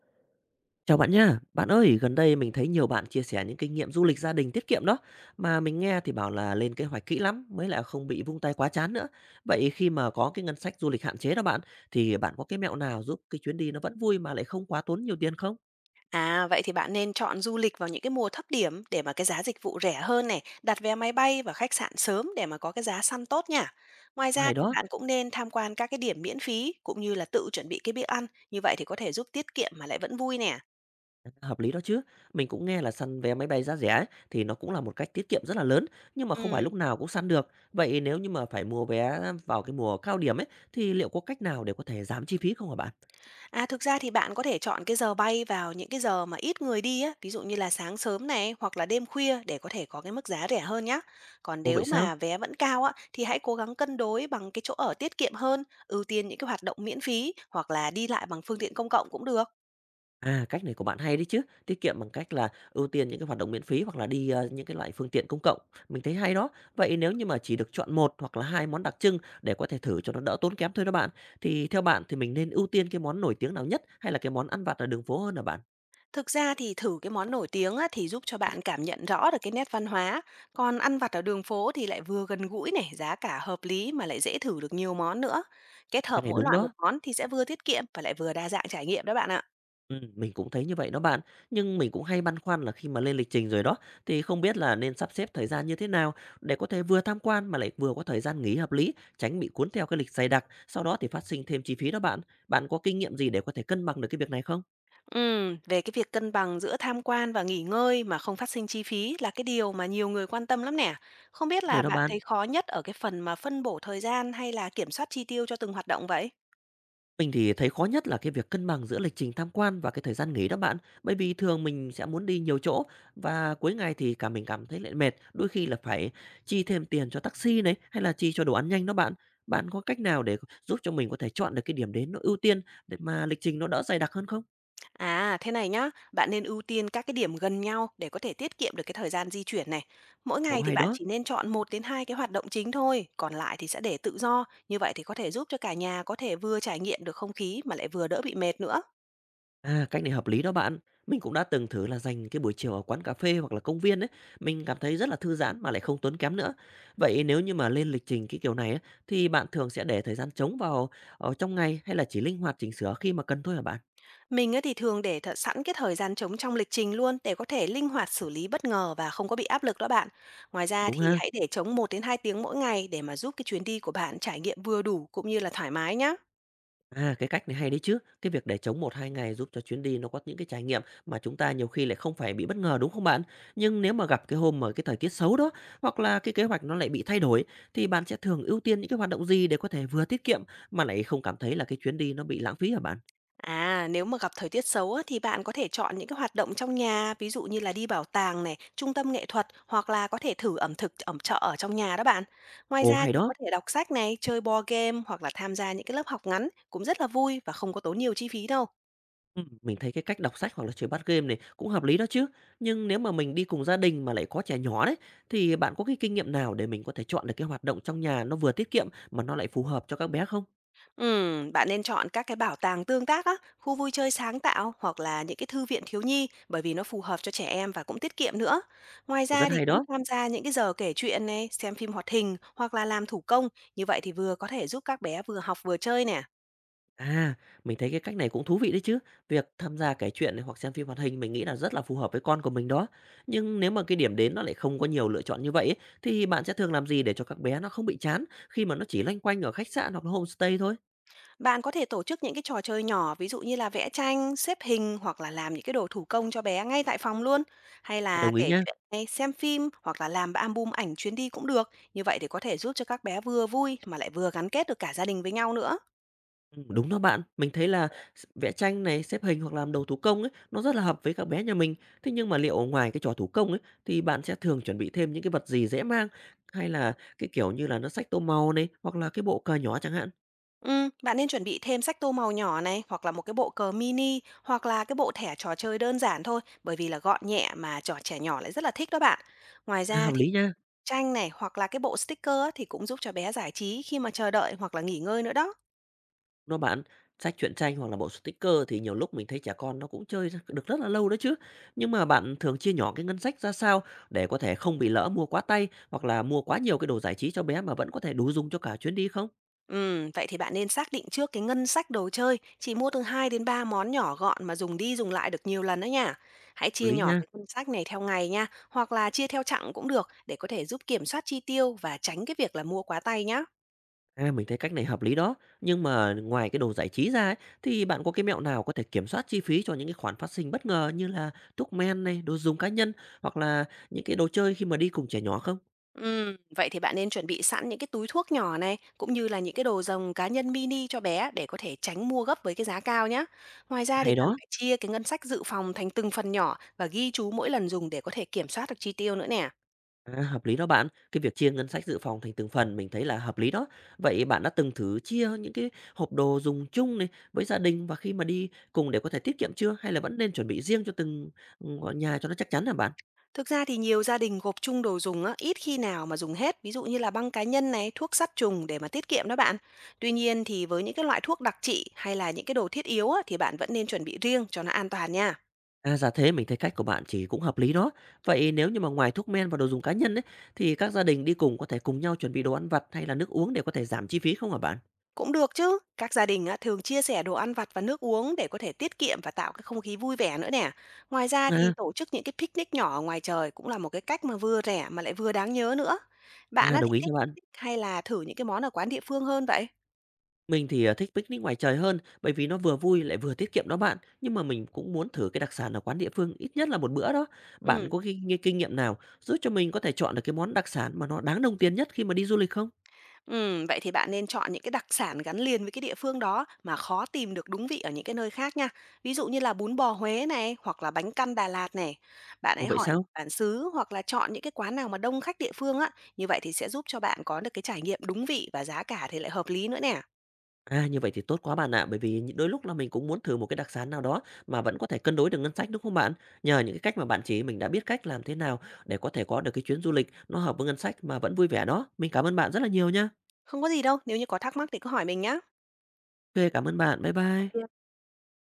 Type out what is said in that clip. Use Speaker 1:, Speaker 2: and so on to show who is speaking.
Speaker 1: Chào bạn nha. Bạn ơi, gần đây mình thấy nhiều bạn chia sẻ những kinh nghiệm du lịch gia đình tiết kiệm đó, mà mình nghe thì bảo là lên kế hoạch kỹ lắm mới lại không bị vung tay quá chán nữa. Vậy khi mà có cái ngân sách du lịch hạn chế đó bạn, thì bạn có cái mẹo nào giúp cái chuyến đi nó vẫn vui mà lại không quá tốn nhiều tiền không?
Speaker 2: À, vậy thì bạn nên chọn du lịch vào những cái mùa thấp điểm để mà cái giá dịch vụ rẻ hơn này, đặt vé máy bay và khách sạn sớm để mà có cái giá săn tốt nha. Ngoài ra
Speaker 1: Hay
Speaker 2: thì
Speaker 1: đó,
Speaker 2: bạn cũng nên tham quan các cái điểm miễn phí cũng như là tự chuẩn bị cái bữa ăn, như vậy thì có thể giúp tiết kiệm mà lại vẫn vui nè.
Speaker 1: hợp lý đó chứ. Mình cũng nghe là săn vé máy bay giá rẻ ấy, thì nó cũng là một cách tiết kiệm rất là lớn, nhưng mà không phải
Speaker 2: Ừ.
Speaker 1: lúc nào cũng săn được. Vậy nếu như mà phải mua vé vào cái mùa cao điểm ấy, thì liệu có cách nào để có thể giảm chi phí không hả bạn?
Speaker 2: À, thực ra thì bạn có thể chọn cái giờ bay vào những cái giờ mà ít người đi á, ví dụ như là sáng sớm này hoặc là đêm khuya để có thể có cái mức giá rẻ hơn nhá. Còn
Speaker 1: Ồ vậy
Speaker 2: nếu
Speaker 1: sao?
Speaker 2: mà vé vẫn cao á thì hãy cố gắng cân đối bằng cái chỗ ở tiết kiệm hơn, ưu tiên những cái hoạt động miễn phí hoặc là đi lại bằng phương tiện công cộng cũng được.
Speaker 1: À, cách này của bạn hay đấy chứ, tiết kiệm bằng cách là ưu tiên những cái hoạt động miễn phí hoặc là đi, những cái loại phương tiện công cộng, mình thấy hay đó. Vậy nếu như mà chỉ được chọn một hoặc là 2 món đặc trưng để có thể thử cho nó đỡ tốn kém thôi đó bạn, thì theo bạn thì mình nên ưu tiên cái món nổi tiếng nào nhất hay là cái món ăn vặt ở đường phố hơn hả bạn?
Speaker 2: Thực ra thì thử cái món nổi tiếng á, thì giúp cho bạn cảm nhận rõ được cái nét văn hóa. Còn ăn vặt ở đường phố thì lại vừa gần gũi này, giá cả hợp lý mà lại dễ thử được nhiều món nữa. Kết
Speaker 1: Cái
Speaker 2: hợp
Speaker 1: này
Speaker 2: mỗi
Speaker 1: đúng
Speaker 2: loại một
Speaker 1: đó.
Speaker 2: món thì sẽ vừa tiết kiệm và lại vừa đa dạng trải nghiệm đó bạn ạ.
Speaker 1: Mình cũng thấy như vậy đó bạn. Nhưng mình cũng hay băn khoăn là khi mà lên lịch trình rồi đó, thì không biết là nên sắp xếp thời gian như thế nào để có thể vừa tham quan mà lại vừa có thời gian nghỉ hợp lý, tránh bị cuốn theo cái lịch dày đặc, sau đó thì phát sinh thêm chi phí đó bạn. Bạn có kinh nghiệm gì để có thể cân bằng được cái việc này không?
Speaker 2: Về cái việc cân bằng giữa tham quan và nghỉ ngơi mà không phát sinh chi phí là cái điều mà nhiều người quan tâm lắm nè. Không biết
Speaker 1: Rồi
Speaker 2: là
Speaker 1: đó
Speaker 2: bạn
Speaker 1: bạn.
Speaker 2: thấy khó nhất ở cái phần mà phân bổ thời gian hay là kiểm soát chi tiêu cho từng hoạt động vậy?
Speaker 1: Mình thì thấy khó nhất là cái việc cân bằng giữa lịch trình tham quan và cái thời gian nghỉ đó bạn. Bởi vì thường mình sẽ muốn đi nhiều chỗ và cuối ngày thì cả mình cảm thấy lại mệt, đôi khi là phải chi thêm tiền cho taxi này hay là chi cho đồ ăn nhanh đó bạn. Bạn có cách nào để giúp cho mình có thể chọn được cái điểm đến nó ưu tiên để mà lịch trình nó đỡ dày đặc hơn không?
Speaker 2: À, thế này nhá, bạn nên ưu tiên các cái điểm gần nhau để có thể tiết kiệm được cái thời gian di chuyển này. Mỗi
Speaker 1: Ồ
Speaker 2: ngày thì
Speaker 1: hay
Speaker 2: bạn
Speaker 1: đó.
Speaker 2: chỉ nên chọn một đến hai cái hoạt động chính thôi, còn lại thì sẽ để tự do. Như vậy thì có thể giúp cho cả nhà có thể vừa trải nghiệm được không khí mà lại vừa đỡ bị mệt nữa.
Speaker 1: À, cách này hợp lý đó bạn. Mình cũng đã từng thử là dành cái buổi chiều ở quán cà phê hoặc là công viên ấy, mình cảm thấy rất là thư giãn mà lại không tốn kém nữa. Vậy nếu như mà lên lịch trình cái kiểu này á, thì bạn thường sẽ để thời gian trống vào ở trong ngày hay là chỉ linh hoạt chỉnh sửa khi mà cần thôi hả bạn?
Speaker 2: Mình á thì thường để sẵn cái thời gian trống trong lịch trình luôn để có thể linh hoạt xử lý bất ngờ và không có bị áp lực đó bạn. Ngoài ra
Speaker 1: Đúng
Speaker 2: thì
Speaker 1: ha?
Speaker 2: hãy để trống một đến hai tiếng mỗi ngày để mà giúp cái chuyến đi của bạn trải nghiệm vừa đủ cũng như là thoải mái nhá.
Speaker 1: À, cái cách này hay đấy chứ. Cái việc để trống một hai ngày giúp cho chuyến đi nó có những cái trải nghiệm mà chúng ta nhiều khi lại không phải bị bất ngờ, đúng không bạn? Nhưng nếu mà gặp cái hôm mà cái thời tiết xấu đó, hoặc là cái kế hoạch nó lại bị thay đổi, thì bạn sẽ thường ưu tiên những cái hoạt động gì để có thể vừa tiết kiệm mà lại không cảm thấy là cái chuyến đi nó bị lãng phí hả bạn?
Speaker 2: À, nếu mà gặp thời tiết xấu á, thì bạn có thể chọn những cái hoạt động trong nhà, ví dụ như là đi bảo tàng này, trung tâm nghệ thuật hoặc là có thể thử ẩm thực ẩm chợ ở trong nhà đó bạn. Ngoài
Speaker 1: Ồ,
Speaker 2: ra
Speaker 1: hay
Speaker 2: thì
Speaker 1: đó.
Speaker 2: có thể đọc sách này, chơi board game hoặc là tham gia những cái lớp học ngắn cũng rất là vui và không có tốn nhiều chi phí đâu.
Speaker 1: Ừ, mình thấy cái cách đọc sách hoặc là chơi board game này cũng hợp lý đó chứ. Nhưng nếu mà mình đi cùng gia đình mà lại có trẻ nhỏ đấy, thì bạn có cái kinh nghiệm nào để mình có thể chọn được cái hoạt động trong nhà nó vừa tiết kiệm mà nó lại phù hợp cho các bé không?
Speaker 2: Bạn nên chọn các cái bảo tàng tương tác á, khu vui chơi sáng tạo hoặc là những cái thư viện thiếu nhi bởi vì nó phù hợp cho trẻ em và cũng tiết kiệm nữa. Ngoài
Speaker 1: Ồ, rất
Speaker 2: ra thì
Speaker 1: hay
Speaker 2: cũng
Speaker 1: đó.
Speaker 2: tham gia những cái giờ kể chuyện này, xem phim hoạt hình hoặc là làm thủ công, như vậy thì vừa có thể giúp các bé vừa học vừa chơi nè.
Speaker 1: À, mình thấy cái cách này cũng thú vị đấy chứ. Việc tham gia kể chuyện này hoặc xem phim hoạt hình mình nghĩ là rất là phù hợp với con của mình đó. Nhưng nếu mà cái điểm đến nó lại không có nhiều lựa chọn như vậy ấy, thì bạn sẽ thường làm gì để cho các bé nó không bị chán khi mà nó chỉ loanh quanh ở khách sạn hoặc là homestay thôi?
Speaker 2: Bạn có thể tổ chức những cái trò chơi nhỏ, ví dụ như là vẽ tranh, xếp hình hoặc là làm những cái đồ thủ công cho bé ngay tại phòng luôn, hay
Speaker 1: À,
Speaker 2: là
Speaker 1: đồng ý
Speaker 2: kể
Speaker 1: nha.
Speaker 2: chuyện này, xem phim hoặc là làm album ảnh chuyến đi cũng được. Như vậy thì có thể giúp cho các bé vừa vui mà lại vừa gắn kết được cả gia đình với nhau nữa.
Speaker 1: Ừ, đúng đó bạn, mình thấy là vẽ tranh này, xếp hình hoặc làm đồ thủ công ấy, nó rất là hợp với các bé nhà mình. Thế nhưng mà liệu ngoài cái trò thủ công ấy thì bạn sẽ thường chuẩn bị thêm những cái vật gì dễ mang hay là cái kiểu như là nó sách tô màu này hoặc là cái bộ cờ nhỏ chẳng hạn?
Speaker 2: Ừ, bạn nên chuẩn bị thêm sách tô màu nhỏ này hoặc là một cái bộ cờ mini hoặc là cái bộ thẻ trò chơi đơn giản thôi bởi vì là gọn nhẹ mà trò trẻ nhỏ lại rất là thích đó bạn. Ngoài
Speaker 1: À,
Speaker 2: ra
Speaker 1: hợp
Speaker 2: thì
Speaker 1: lý nha.
Speaker 2: tranh này hoặc là cái bộ sticker á thì cũng giúp cho bé giải trí khi mà chờ đợi hoặc là nghỉ ngơi nữa đó.
Speaker 1: Nó bạn, sách truyện tranh hoặc là bộ sticker thì nhiều lúc mình thấy trẻ con nó cũng chơi được rất là lâu đó chứ. Nhưng mà bạn thường chia nhỏ cái ngân sách ra sao để có thể không bị lỡ mua quá tay, hoặc là mua quá nhiều cái đồ giải trí cho bé mà vẫn có thể đủ dùng cho cả chuyến đi không?
Speaker 2: Vậy thì bạn nên xác định trước cái ngân sách đồ chơi, chỉ mua từ 2 đến 3 món nhỏ gọn mà dùng đi dùng lại được nhiều lần đó nha. Hãy
Speaker 1: Hợp
Speaker 2: chia
Speaker 1: lý
Speaker 2: nhỏ
Speaker 1: nha.
Speaker 2: cái ngân sách này theo ngày nha, hoặc là chia theo chặng cũng được để có thể giúp kiểm soát chi tiêu và tránh cái việc là mua quá tay nhá.
Speaker 1: À, mình thấy cách này hợp lý đó. Nhưng mà ngoài cái đồ giải trí ra ấy, thì bạn có cái mẹo nào có thể kiểm soát chi phí cho những cái khoản phát sinh bất ngờ như là thuốc men này, đồ dùng cá nhân, hoặc là những cái đồ chơi khi mà đi cùng trẻ nhỏ không?
Speaker 2: Vậy thì bạn nên chuẩn bị sẵn những cái túi thuốc nhỏ này cũng như là những cái đồ dùng cá nhân mini cho bé để có thể tránh mua gấp với cái giá cao nhé. Ngoài ra thì
Speaker 1: Hay
Speaker 2: cần
Speaker 1: đó.
Speaker 2: phải chia cái ngân sách dự phòng thành từng phần nhỏ và ghi chú mỗi lần dùng để có thể kiểm soát được chi tiêu nữa nè.
Speaker 1: À, hợp lý đó bạn. Cái việc chia ngân sách dự phòng thành từng phần mình thấy là hợp lý đó. Vậy bạn đã từng thử chia những cái hộp đồ dùng chung này với gia đình và khi mà đi cùng để có thể tiết kiệm chưa? Hay là vẫn nên chuẩn bị riêng cho từng nhà cho nó chắc chắn hả bạn?
Speaker 2: Thực ra thì nhiều gia đình gộp chung đồ dùng á, ít khi nào mà dùng hết, ví dụ như là băng cá nhân này, thuốc sát trùng để mà tiết kiệm đó bạn. Tuy nhiên thì với những cái loại thuốc đặc trị hay là những cái đồ thiết yếu á, thì bạn vẫn nên chuẩn bị riêng cho nó an toàn nha.
Speaker 1: À, giả thế mình thấy cách của bạn chỉ cũng hợp lý đó. Vậy nếu như mà ngoài thuốc men và đồ dùng cá nhân ấy, thì các gia đình đi cùng có thể cùng nhau chuẩn bị đồ ăn vặt hay là nước uống để có thể giảm chi phí không hả bạn?
Speaker 2: Cũng được chứ, các gia đình á, thường chia sẻ đồ ăn vặt và nước uống để có thể tiết kiệm và tạo cái không khí vui vẻ nữa nè. Ngoài ra thì
Speaker 1: À,
Speaker 2: tổ chức những cái picnic nhỏ ở ngoài trời cũng là một cái cách mà vừa rẻ mà lại vừa đáng nhớ nữa. Bạn
Speaker 1: à,
Speaker 2: á,
Speaker 1: đồng
Speaker 2: thì
Speaker 1: ý nha
Speaker 2: thích
Speaker 1: bạn.
Speaker 2: picnic hay là thử những cái món ở quán địa phương hơn vậy?
Speaker 1: Mình thì, à, thích picnic ngoài trời hơn, bởi vì nó vừa vui lại vừa tiết kiệm đó bạn. Nhưng mà mình cũng muốn thử cái đặc sản ở quán địa phương ít nhất là một bữa đó. Bạn
Speaker 2: Ừ.
Speaker 1: có cái kinh nghiệm nào giúp cho mình có thể chọn được cái món đặc sản mà nó đáng đồng tiền nhất khi mà đi du lịch không?
Speaker 2: Vậy thì bạn nên chọn những cái đặc sản gắn liền với cái địa phương đó mà khó tìm được đúng vị ở những cái nơi khác nha. Ví dụ như là bún bò Huế này hoặc là bánh căn Đà Lạt này. Bạn
Speaker 1: Ồ,
Speaker 2: hãy
Speaker 1: vậy
Speaker 2: hỏi
Speaker 1: sao?
Speaker 2: bản xứ hoặc là chọn những cái quán nào mà đông khách địa phương á. Như vậy thì sẽ giúp cho bạn có được cái trải nghiệm đúng vị và giá cả thì lại hợp lý nữa nè.
Speaker 1: À, như vậy thì tốt quá bạn ạ, bởi vì đôi lúc là mình cũng muốn thử một cái đặc sản nào đó mà vẫn có thể cân đối được ngân sách, đúng không bạn? Nhờ những cái cách mà bạn chỉ mình đã biết cách làm thế nào để có thể có được cái chuyến du lịch nó hợp với ngân sách mà vẫn vui vẻ đó. Mình cảm ơn bạn rất là nhiều nha.
Speaker 2: Không có gì đâu, nếu như có thắc mắc thì cứ hỏi mình nhá.
Speaker 1: Kê, cảm ơn bạn. Bye bye.